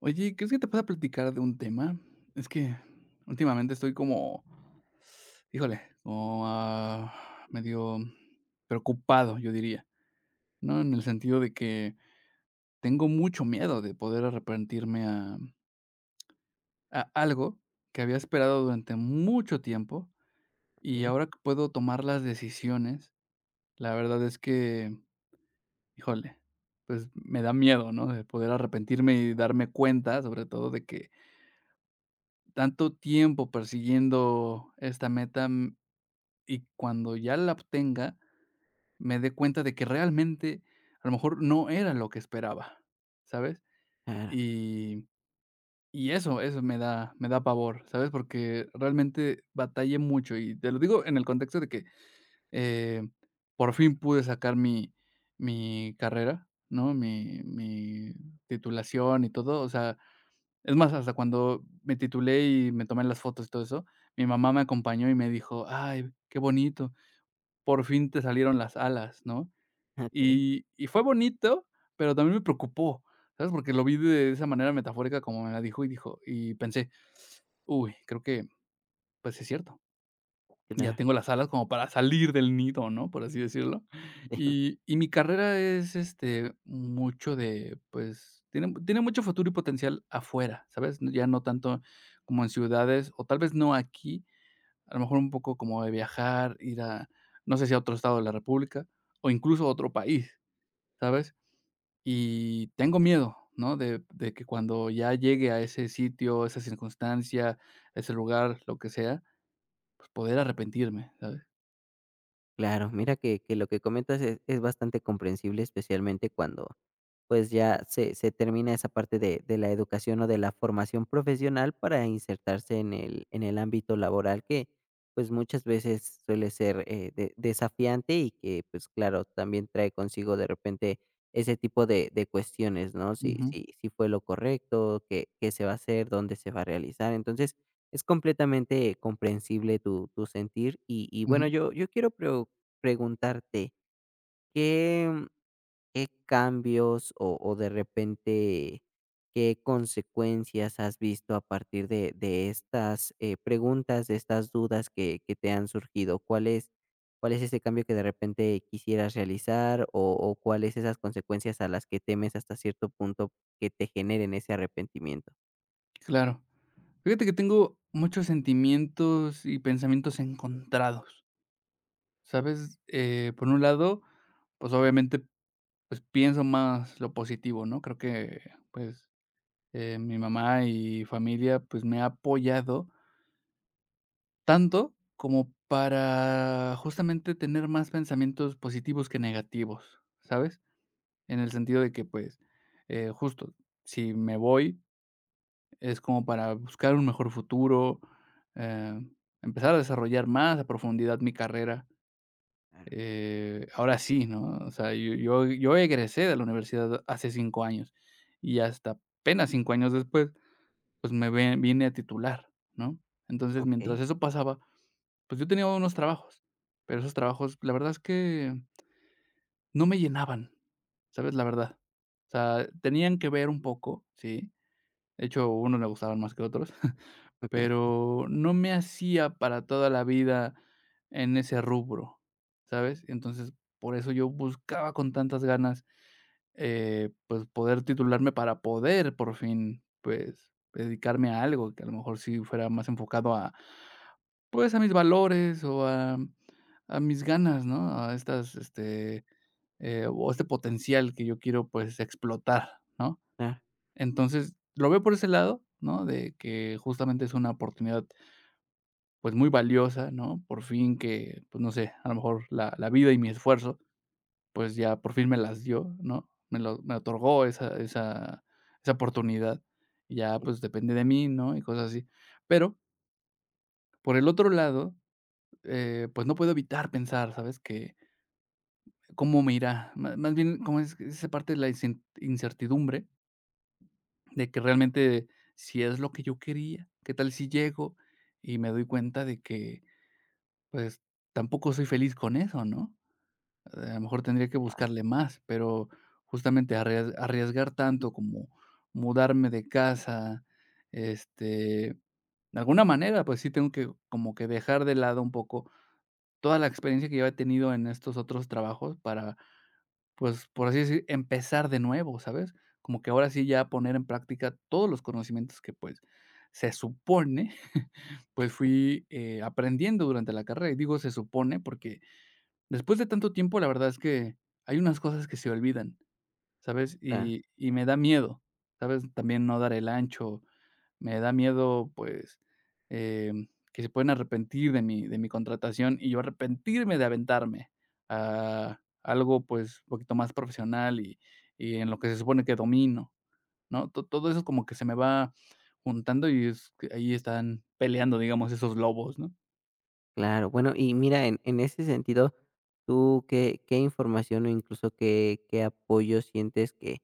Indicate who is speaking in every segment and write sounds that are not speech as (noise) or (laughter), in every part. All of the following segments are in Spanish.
Speaker 1: Oye, ¿crees que te pueda platicar de un tema? Es que últimamente estoy como, híjole, como, medio preocupado, yo diría, ¿no? En el sentido de que tengo mucho miedo de poder arrepentirme a algo que había esperado durante mucho tiempo y
Speaker 2: Okey,
Speaker 1: ahora que puedo tomar las decisiones, la verdad es que, híjole, pues me da miedo, ¿no? De poder arrepentirme y darme cuenta, sobre todo de que tanto tiempo persiguiendo esta meta, y cuando ya la obtenga, me dé cuenta de que realmente, a lo mejor, no era lo que esperaba, ¿sabes?
Speaker 2: claro,
Speaker 1: Y y eso me da pavor, ¿sabes? Porque realmente batallé mucho, y te lo digo en el contexto de que, eh, por fin pude sacar mi carrera, ¿no? Mi titulación y todo, o sea, es más, hasta cuando me titulé y me tomé las fotos y todo eso, mi mamá me acompañó y me dijo: "Ay, qué bonito, por fin te salieron las alas", ¿no?
Speaker 2: okey,
Speaker 1: Y fue bonito, pero también me preocupó, ¿sabes? Porque lo vi de esa manera metafórica como me la dijo y pensé: "Uy, creo que, pues, sí es cierto". Ya
Speaker 2: claro,
Speaker 1: tengo las alas como para salir del nido, ¿no? Por así decirlo.
Speaker 2: (laughs)
Speaker 1: Y mi carrera es, este, mucho de, pues, tiene mucho futuro y potencial afuera, ¿sabes? No, ya no tanto como en ciudades, o tal vez no aquí, a lo mejor un poco como de viajar, ir a, no sé si a otro estado de la república, o incluso a otro país, ¿sabes? Y tengo miedo, ¿no? De que cuando ya llegue a ese sitio, esa circunstancia, ese lugar, lo que sea, pues, poder arrepentirme, ¿sabes?
Speaker 2: claro. Mira que lo que comentas es bastante comprensible, especialmente cuando, pues, ya se termina esa parte de la educación o de la formación profesional para insertarse en el ámbito laboral que, pues, muchas veces suele ser, de desafiante y que, pues, claro, también trae consigo de repente ese tipo de cuestiones, ¿no? Si fue lo correcto, qué se va a hacer, dónde se va a realizar. Es completamente comprensible tu sentir y bueno,
Speaker 1: Ujú,
Speaker 2: yo quiero preo preguntarte, ¿qué qué cambios o de repente qué consecuencias has visto a partir de estas, preguntas, de estas dudas que te han surgido? Cuál es ese cambio que de repente quisieras realizar o cuáles esas consecuencias a las que temes hasta cierto punto que te generen ese arrepentimiento?
Speaker 1: claro. Fíjate que tengo muchos sentimientos y pensamientos encontrados, ¿sabes? Por un lado, pues,
Speaker 2: Mm.
Speaker 1: obviamente, pues, pienso más lo positivo, ¿no? Creo que, pues, mi mamá y familia, pues, me ha apoyado tanto como para justamente tener más pensamientos positivos que negativos, ¿sabes? En el sentido de que, pues, justo, si me voy, es como para buscar un mejor futuro, eh, empezar a desarrollar más a profundidad mi carrera.
Speaker 2: Claro,
Speaker 1: Ahora sí, ¿no? O sea, yo egresé de la universidad hace 5 años, y hasta apenas 5 años después, pues, me ve vine a titular, ¿no? Entonces,
Speaker 2: okey,
Speaker 1: mientras eso pasaba, pues, yo tenía unos trabajos, pero esos trabajos, la verdad es que no me llenaban, ¿sabes? La verdad. O sea, tenían que ver un poco, sí. De hecho, unos me gustaban más que otros.
Speaker 2: okey.
Speaker 1: Pero no me hacía para toda la vida en ese rubro, ¿sabes? Entonces, por eso yo buscaba con tantas ganas, pues, poder titularme para poder, por fin, pues, dedicarme a algo que a lo mejor sí fuera más enfocado a, pues, a mis valores o a mis ganas, ¿no? A estas, este, o este potencial que yo quiero, pues, explotar, ¿no?
Speaker 2: Claro,
Speaker 1: Entonces, lo veo por ese lado, ¿no? De que justamente es una oportunidad pues, muy valiosa, ¿no? Por fin que, pues, no sé, a lo mejor la vida y mi esfuerzo, pues, ya por fin me las dio, ¿no? Me otorgó esa oportunidad, y ya, pues, depende de mí, ¿no? Y cosas así. Pero, por el otro lado, pues, no puedo evitar pensar, ¿sabes? Que, ¿cómo me irá? Má más bien, como es esa parte de la incen incertidumbre de que realmente si es lo que yo quería, ¿qué tal si llego y me doy cuenta de que, pues, tampoco soy feliz con eso, ¿no? A lo mejor tendría que
Speaker 2: claro,
Speaker 1: buscarle más, pero justamente arriesgar tanto como mudarme de casa, este, de alguna manera, pues sí tengo que como que dejar de lado un poco toda la experiencia que yo he tenido en estos otros trabajos para, pues, por así decir, empezar de nuevo, ¿sabes? Como que ahora sí ya poner en práctica todos los conocimientos que, pues, se supone, (laughs) pues, fui, aprendiendo durante la carrera. Y digo se supone porque, después de tanto tiempo, la verdad es que hay unas cosas que se olvidan, ¿sabes?
Speaker 2: claro.
Speaker 1: Y me da miedo, ¿sabes? También no dar el ancho, me da miedo, pues, que se pueden arrepentir de mi contratación y yo arrepentirme de aventarme a algo, pues, un poquito más profesional y en lo que se supone que domino, ¿no? To todo eso como que se me va juntando y es que ahí están peleando, digamos, esos lobos, ¿no?
Speaker 2: Claro, bueno, y mira, en ese sentido, ¿tú qué, qué información o incluso qué, qué apoyo sientes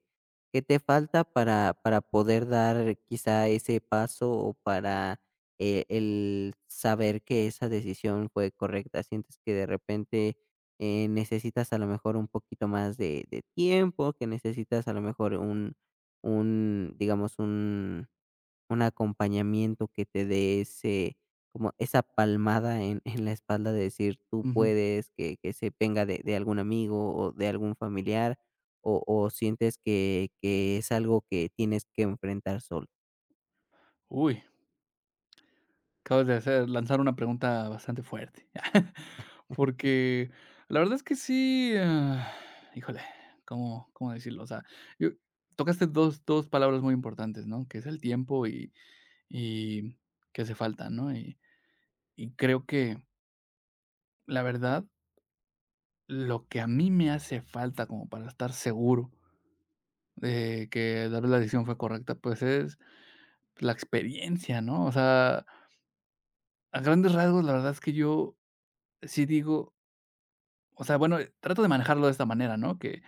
Speaker 2: que te falta para poder dar quizá ese paso o para el saber que esa decisión fue correcta? ¿Sientes que de repente necesitas a lo mejor un poquito más de tiempo, que necesitas a lo mejor un digamos, un acompañamiento que te dé ese como esa palmada en la espalda de decir: "Tú
Speaker 1: Ujú.
Speaker 2: puedes", que se venga de algún amigo o de algún familiar, o sientes que es algo que tienes que enfrentar solo.
Speaker 1: Uy. Acabas de hacer lanzar una pregunta bastante fuerte. (laughs) Porque la verdad es que sí, híjole, ¿cómo cómo decirlo? O sea, yo tocaste dos palabras muy importantes, ¿no? Que es el tiempo y que hace falta, ¿no? Y creo que, la verdad, lo que a mí me hace falta como para estar seguro de que tal vez la decisión fue correcta, pues, es la experiencia, ¿no? O sea, a grandes rasgos, la verdad es que yo sí digo. O sea, bueno, trato de manejarlo de esta manera, ¿no? Que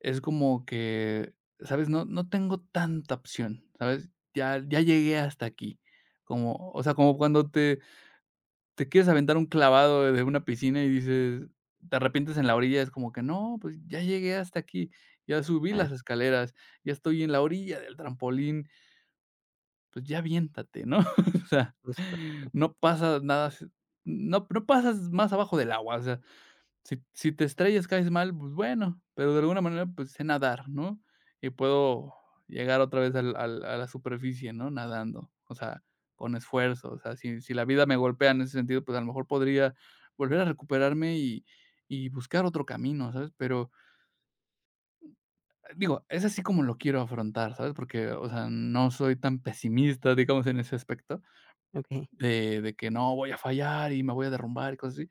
Speaker 1: es como que, ¿sabes? No, no tengo tanta opción, ¿sabes? Ya, ya llegué hasta aquí. Como, o sea, como cuando te quieres aventar un clavado desde una piscina y dices, te arrepientes en la orilla, es como que no, pues ya llegué hasta aquí, ya subí
Speaker 2: Ah,
Speaker 1: las escaleras, ya estoy en la orilla del trampolín, pues ya aviéntate, ¿no? (laughs) O sea,
Speaker 2: justo,
Speaker 1: no pasa nada, no, no pasas más abajo del agua, o sea, si te estrellas, caes mal, pues bueno, pero de alguna manera, pues sé nadar, ¿no? Y puedo llegar otra vez al al a la superficie, ¿no? Nadando, o sea, con esfuerzo, o sea, si la vida me golpea en ese sentido, pues a lo mejor podría volver a recuperarme y buscar otro camino, ¿sabes? Pero, digo, es así como lo quiero afrontar, ¿sabes? Porque, o sea, no soy tan pesimista, digamos, en ese aspecto
Speaker 2: okey.
Speaker 1: de que no voy a fallar y me voy a derrumbar y cosas así.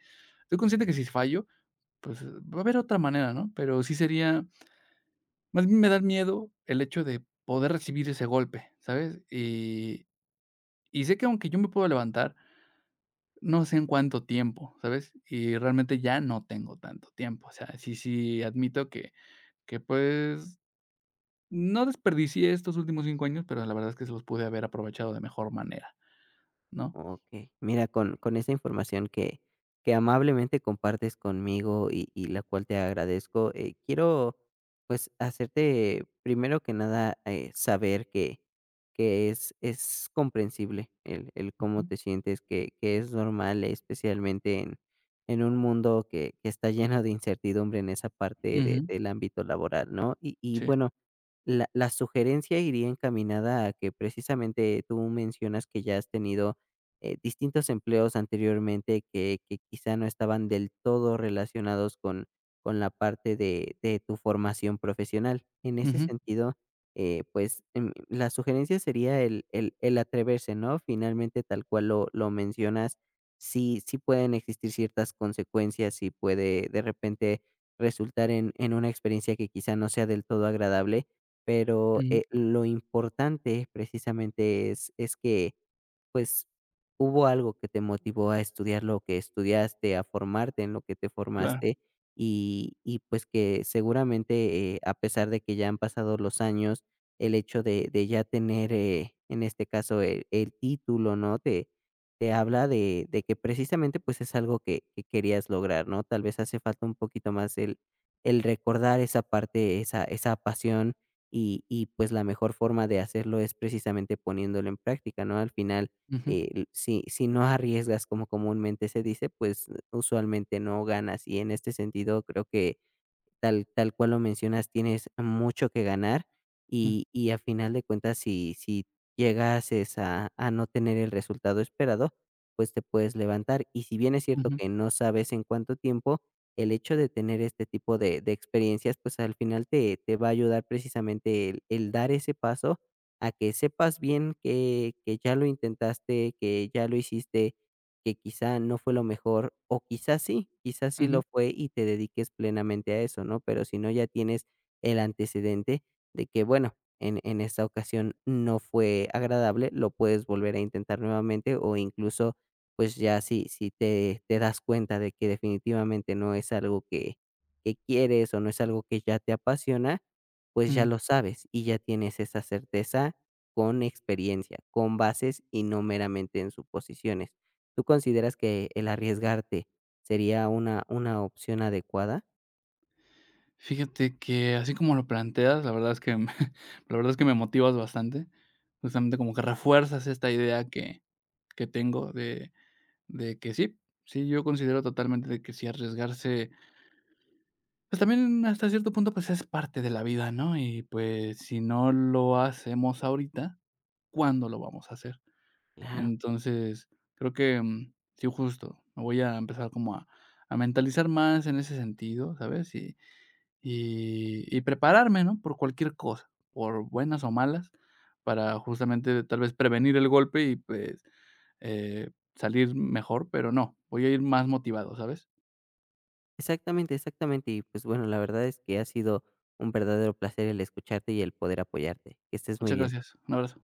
Speaker 1: Soy consciente que si fallo, pues, va a haber otra manera, ¿no? Pero sí sería más bien me da miedo el hecho de poder recibir ese golpe, ¿sabes? Y sé que aunque yo me puedo levantar, no sé en cuánto tiempo, ¿sabes? Y realmente ya no tengo tanto tiempo. O sea, sí admito que, pues, no desperdicié estos últimos 5 años, pero la verdad es que se los pude haber aprovechado de mejor manera, ¿no?
Speaker 2: Ok, mira, con esa información que amablemente compartes conmigo y la cual te agradezco, quiero, pues, hacerte, primero que nada, saber que es comprensible el cómo
Speaker 1: Ujú,
Speaker 2: te sientes, que es normal, especialmente en un mundo que está lleno de incertidumbre en esa parte de
Speaker 1: ujú,
Speaker 2: del ámbito laboral, ¿no? Y
Speaker 1: sí,
Speaker 2: bueno, la sugerencia iría encaminada a que precisamente tú mencionas que ya has tenido distintos empleos anteriormente que quizá no estaban del todo relacionados con la parte de tu formación profesional. En ese
Speaker 1: ujú,
Speaker 2: sentido, pues la sugerencia sería el atreverse, ¿no? Finalmente, tal cual lo mencionas, sí, sí pueden existir ciertas consecuencias y puede de repente resultar en una experiencia que quizá no sea del todo agradable, pero
Speaker 1: ujú,
Speaker 2: lo importante precisamente es que pues, hubo algo que te motivó a estudiar lo que estudiaste, a formarte en lo que te
Speaker 1: claro,
Speaker 2: formaste y pues que seguramente, a pesar de que ya han pasado los años, el hecho de ya tener, en este caso, el título, ¿no? Te te habla de que precisamente, pues, es algo que querías lograr, ¿no? Tal vez hace falta un poquito más el recordar esa parte, esa esa pasión y, pues, la mejor forma de hacerlo es precisamente poniéndolo en práctica, ¿no? Al final
Speaker 1: ujú,
Speaker 2: si, si no arriesgas como comúnmente se dice, pues usualmente no ganas. Y en este sentido creo que tal tal cual lo mencionas, tienes mucho que ganar
Speaker 1: mm,
Speaker 2: y a final de cuentas, si si llegases a no tener el resultado esperado, pues te puedes levantar. Y si bien es cierto
Speaker 1: ujú,
Speaker 2: que no sabes en cuánto tiempo, el hecho de tener este tipo de experiencias, pues al final te te va a ayudar precisamente el dar ese paso a que sepas bien que ya lo intentaste, que ya lo hiciste que quizá no fue lo mejor, o quizás sí lo
Speaker 1: ujú,
Speaker 2: fue y te dediques plenamente a eso, ¿no? Pero si no, ya tienes el antecedente de que, bueno, en esta ocasión no fue agradable, lo puedes volver a intentar nuevamente o incluso, pues ya si, si te, te das cuenta de que definitivamente no es algo que quieres o no es algo que ya te apasiona, pues ya
Speaker 1: mm.
Speaker 2: lo sabes y ya tienes esa certeza con experiencia, con bases y no meramente en suposiciones. ¿Tú consideras que el arriesgarte sería una opción adecuada?
Speaker 1: Fíjate que así como lo planteas, la verdad es que me (laughs) la verdad es que me motivas bastante. Justamente como que refuerzas esta idea que tengo de que sí, sí, yo considero totalmente de que sí arriesgarse, pues, también hasta cierto punto, pues, es parte de la vida, ¿no? Y, pues, si no lo hacemos ahorita, ¿cuándo lo vamos a hacer?
Speaker 2: Claro,
Speaker 1: Entonces, creo que, sí, justo, me voy a empezar como a mentalizar más en ese sentido, ¿sabes? Y prepararme, ¿no? Por cualquier cosa, por buenas o malas, para justamente, tal vez, prevenir el golpe y, pues, salir mejor, pero no, voy a ir más motivado, ¿sabes?
Speaker 2: exactamente, exactamente. Y, pues, bueno, la verdad es que ha sido un verdadero placer el escucharte y el poder apoyarte. Que estés muy
Speaker 1: Muchas
Speaker 2: bien.
Speaker 1: gracias. Un abrazo.